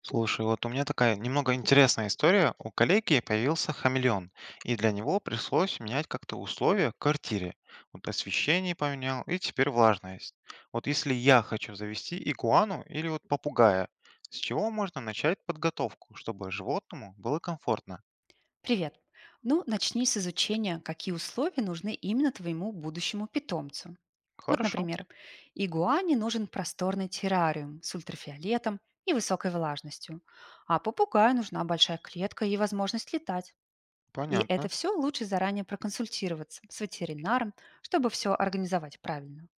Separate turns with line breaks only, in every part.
Слушай, вот у меня такая немного интересная история. У коллеги появился хамелеон, и для него пришлось менять как-то условия в квартире. Вот освещение поменял, и теперь влажность. Вот если я хочу завести игуану или вот попугая, с чего можно начать подготовку, чтобы животному было комфортно?
Привет! Ну, начни с изучения, какие условия нужны именно твоему будущему питомцу. Вот,
Хорошо,
например, игуане нужен просторный террариум с ультрафиолетом и высокой влажностью, а попугаю нужна большая клетка и возможность летать. И это
понятно.
все лучше заранее проконсультироваться с ветеринаром, чтобы все организовать правильно.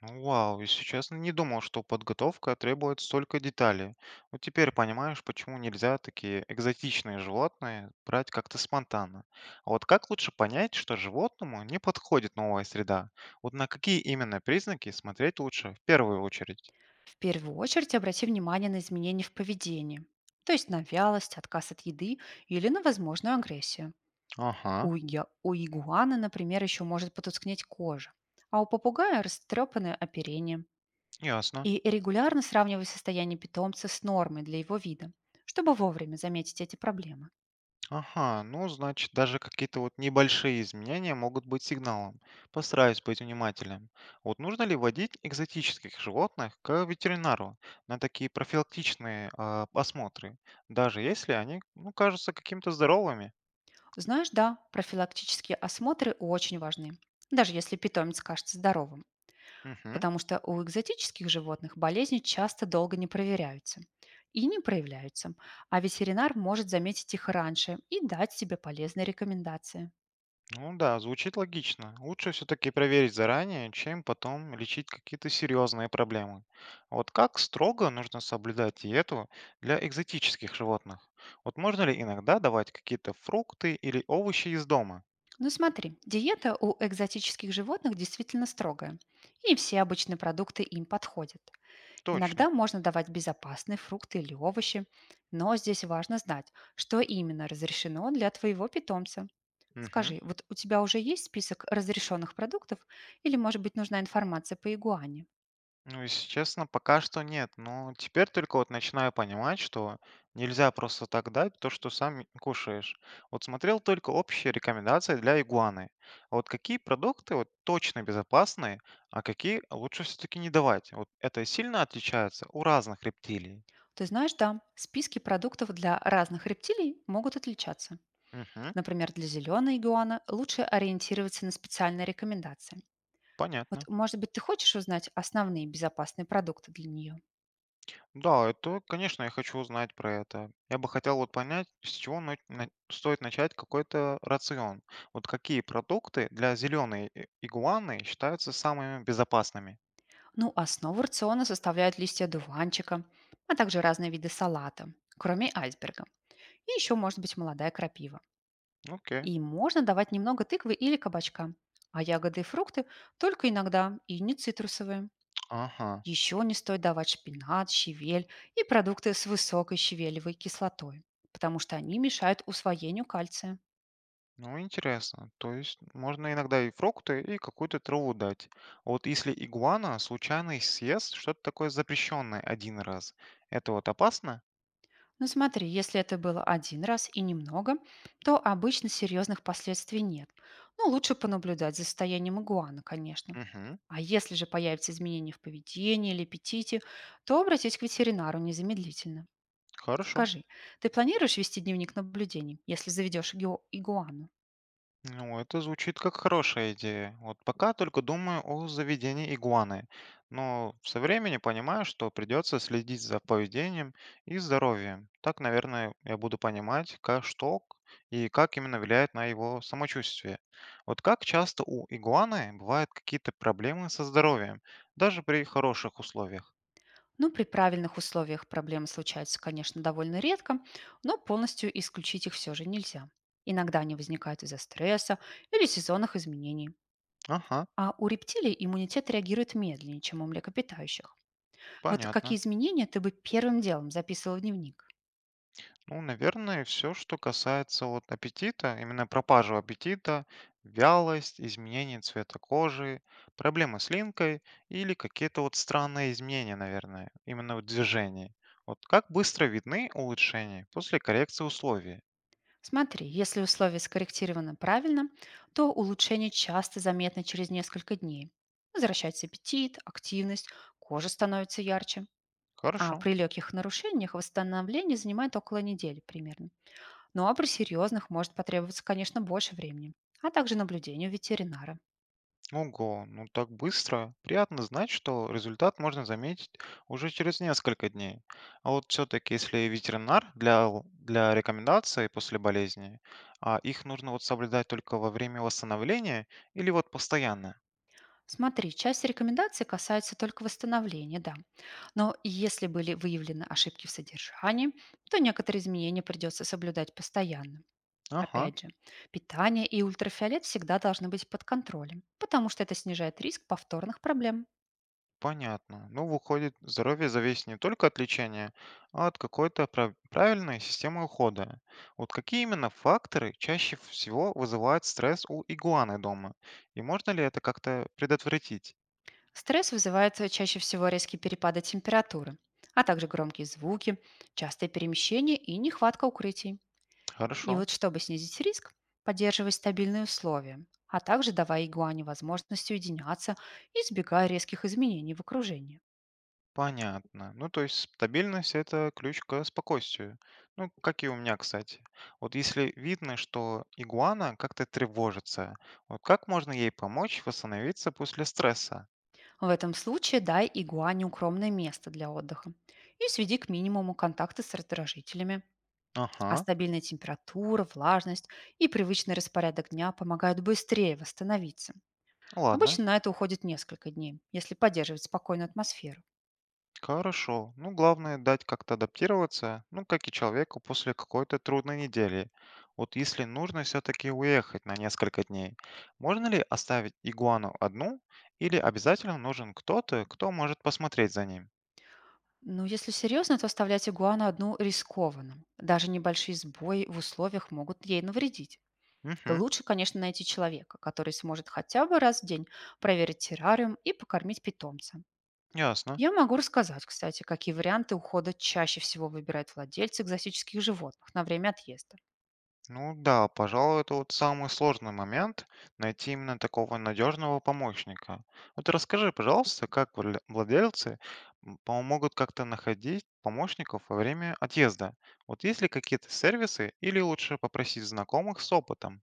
Ну, вау, если честно, не думал, что подготовка требует столько деталей. Вот теперь понимаешь, почему нельзя такие экзотичные животные брать как-то спонтанно. А вот как лучше понять, что животному не подходит новая среда? Вот на какие именно признаки смотреть лучше в первую очередь?
В первую очередь обрати внимание на изменения в поведении, то есть на вялость, отказ от еды или на возможную агрессию.
Ага,
У игуаны, например, еще может потускнеть кожа, а у попугая растрепанное оперение.
ясно.
И регулярно сравнивай состояние питомца с нормой для его вида, чтобы вовремя заметить эти проблемы.
Ага, ну, значит, даже какие-то вот небольшие изменения могут быть сигналом. Постараюсь быть внимательным. Вот нужно ли водить экзотических животных к ветеринару на такие профилактичные осмотры, даже если они, ну, кажутся какими-то здоровыми?
Знаешь, да, профилактические осмотры очень важны, даже если питомец кажется здоровым,
Мгм.
потому что у экзотических животных болезни часто долго не проверяются и не проявляются, а ветеринар может заметить их раньше и дать тебе полезные рекомендации.
Ну да, звучит логично. Лучше все-таки проверить заранее, чем потом лечить какие-то серьезные проблемы. А вот как строго нужно соблюдать диету для экзотических животных? Вот можно ли иногда давать какие-то фрукты или овощи из дома?
Ну смотри, диета у экзотических животных действительно строгая, и не все обычные продукты им подходят.
Точно.
Иногда можно давать безопасные фрукты или овощи, но здесь важно знать, что именно разрешено для твоего питомца.
Мгм.
Скажи, вот у тебя уже есть список разрешенных продуктов или, может быть, нужна информация по игуане?
Ну, если честно, пока что нет. Но теперь только вот начинаю понимать, что нельзя просто так дать то, что сам кушаешь. Вот смотрел только общие рекомендации для игуаны. А вот какие продукты вот точно безопасны, а какие лучше все-таки не давать? Вот это сильно отличается у разных рептилий.
Ты знаешь, да, списки продуктов для разных рептилий могут отличаться.
Угу,
Например, для зеленой игуана лучше ориентироваться на специальные рекомендации. Вот,
понятно.
может быть, ты хочешь узнать основные безопасные продукты для нее?
Да, это, конечно, я хочу узнать про это. Я бы хотел вот понять, с чего стоит начать какой-то рацион. Вот какие продукты для зеленой игуаны считаются самыми безопасными?
Ну, основу рациона составляют листья дуванчика, а также разные виды салата, кроме айсберга. И еще может быть молодая крапива.
Окей.
И можно давать немного тыквы или кабачка. А ягоды и фрукты только иногда и не цитрусовые.
Ага.
Еще не стоит давать шпинат, щавель и продукты с высокой щавелевой кислотой, потому что они мешают усвоению кальция.
Ну, интересно. То есть можно иногда и фрукты, и какую-то траву дать. А вот если игуана случайно съест что-то такое запрещенное один раз, это вот опасно?
Ну смотри, если это было один раз и немного, то обычно серьезных последствий нет. Ну, лучше понаблюдать за состоянием игуана, конечно.
Угу.
А если же появятся изменения в поведении или аппетите, то обратись к ветеринару незамедлительно.
Хорошо.
Скажи, ты планируешь вести дневник наблюдений, если заведешь игуану?
Ну, это звучит как хорошая идея. Вот пока только думаю о заведении игуаны, но со временем понимаю, что придется следить за поведением и здоровьем. Так, наверное, я буду понимать, и как именно влияет на его самочувствие. Вот как часто у игуаны бывают какие-то проблемы со здоровьем, даже при хороших условиях?
Ну, при правильных условиях проблемы случаются, конечно, довольно редко, но полностью исключить их все же нельзя. Иногда они возникают из-за стресса или сезонных изменений.
Ага,
А у рептилий иммунитет реагирует медленнее, чем у млекопитающих. Вот
понятно.
какие изменения ты бы первым делом записывал в дневник?
Ну, наверное, все, что касается вот аппетита, именно пропажу аппетита, вялость, изменение цвета кожи, проблемы с линкой или какие-то вот странные изменения, наверное, именно в движении. Вот как быстро видны улучшения после коррекции условий?
Смотри, если условия скорректированы правильно, то улучшение часто заметно через несколько дней. Возвращается аппетит, активность, кожа становится ярче. А
Хорошо.
при легких нарушениях восстановление занимает около недели примерно. Ну а при серьезных может потребоваться, конечно, больше времени, а также наблюдению ветеринара.
Ого, ну так быстро. Приятно знать, что результат можно заметить уже через несколько дней. А вот все-таки, если ветеринар для рекомендаций после болезни, а их нужно вот соблюдать только во время восстановления или вот постоянно?
Смотри, часть рекомендаций касается только восстановления, да. Но если были выявлены ошибки в содержании, то некоторые изменения придется соблюдать постоянно.
Ага,
Опять же, питание и ультрафиолет всегда должны быть под контролем, потому что это снижает риск повторных проблем.
понятно. Ну, выходит, здоровье зависит не только от лечения, а от какой-то правильной системы ухода. Вот какие именно факторы чаще всего вызывают стресс у игуаны дома? И можно ли это как-то предотвратить?
Стресс вызывает чаще всего резкие перепады температуры, а также громкие звуки, частые перемещения и нехватка укрытий. И
Хорошо,
вот чтобы снизить риск, поддерживай стабильные условия, а также давай игуане возможность уединяться, избегая резких изменений в окружении.
понятно. Ну, то есть стабильность — это ключ к спокойствию. Ну, как и у меня, кстати. Вот если видно, что игуана как-то тревожится, вот как можно ей помочь восстановиться после стресса?
В этом случае дай игуане укромное место для отдыха и сведи к минимуму контакты с раздражителями,
Ага,
а стабильная температура, влажность и привычный распорядок дня помогают быстрее восстановиться.
ладно,
Обычно на это уходит несколько дней, если поддерживать спокойную атмосферу.
хорошо. Ну, главное дать как-то адаптироваться, ну, как и человеку после какой-то трудной недели. Вот если нужно все-таки уехать на несколько дней, можно ли оставить игуану одну или обязательно нужен кто-то, кто может посмотреть за ним?
Ну, если серьезно, то оставлять игуану одну рискованно. Даже небольшие сбои в условиях могут ей навредить.
Мгм.
Лучше, конечно, найти человека, который сможет хотя бы раз в день проверить террариум и покормить питомца.
Ясно.
Я могу рассказать, кстати, какие варианты ухода чаще всего выбирают владельцы экзотических животных на время отъезда.
Ну да, пожалуй, это вот самый сложный момент найти именно такого надежного помощника. Вот расскажи, пожалуйста, как владельцы помогут как-то находить помощников во время отъезда? Вот есть ли какие-то сервисы или лучше попросить знакомых с опытом?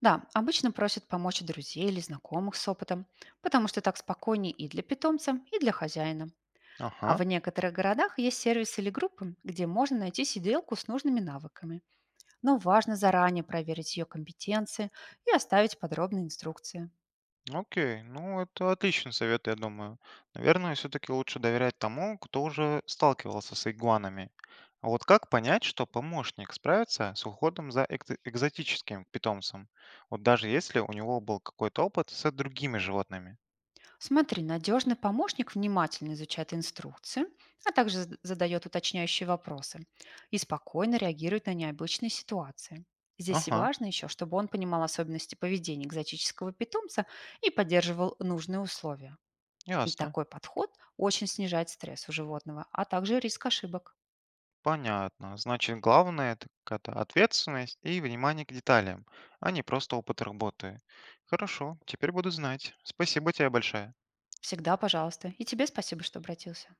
Да, обычно просят помочь друзей или знакомых с опытом, потому что так спокойнее и для питомца, и для хозяина. А
Ага.
в некоторых городах есть сервисы или группы, где можно найти сиделку с нужными навыками. Но важно заранее проверить ее компетенции и оставить подробные инструкции.
Окей, ну это отличный совет, я думаю. Наверное, все-таки лучше доверять тому, кто уже сталкивался с игуанами. А вот как понять, что помощник справится с уходом за экзотическим питомцем? Вот даже если у него был какой-то опыт с другими животными.
Смотри, надежный помощник внимательно изучает инструкции, а также задает уточняющие вопросы и спокойно реагирует на необычные ситуации. Здесь и
Ага,
важно еще, чтобы он понимал особенности поведения экзотического питомца и поддерживал нужные условия. И
ясно.
такой подход очень снижает стресс у животного, а также риск ошибок.
Понятно. Значит, главное это какая-то ответственность и внимание к деталям, а не просто опыт работы. Хорошо, теперь буду знать. Спасибо тебе большое.
Всегда пожалуйста. И тебе спасибо, что обратился.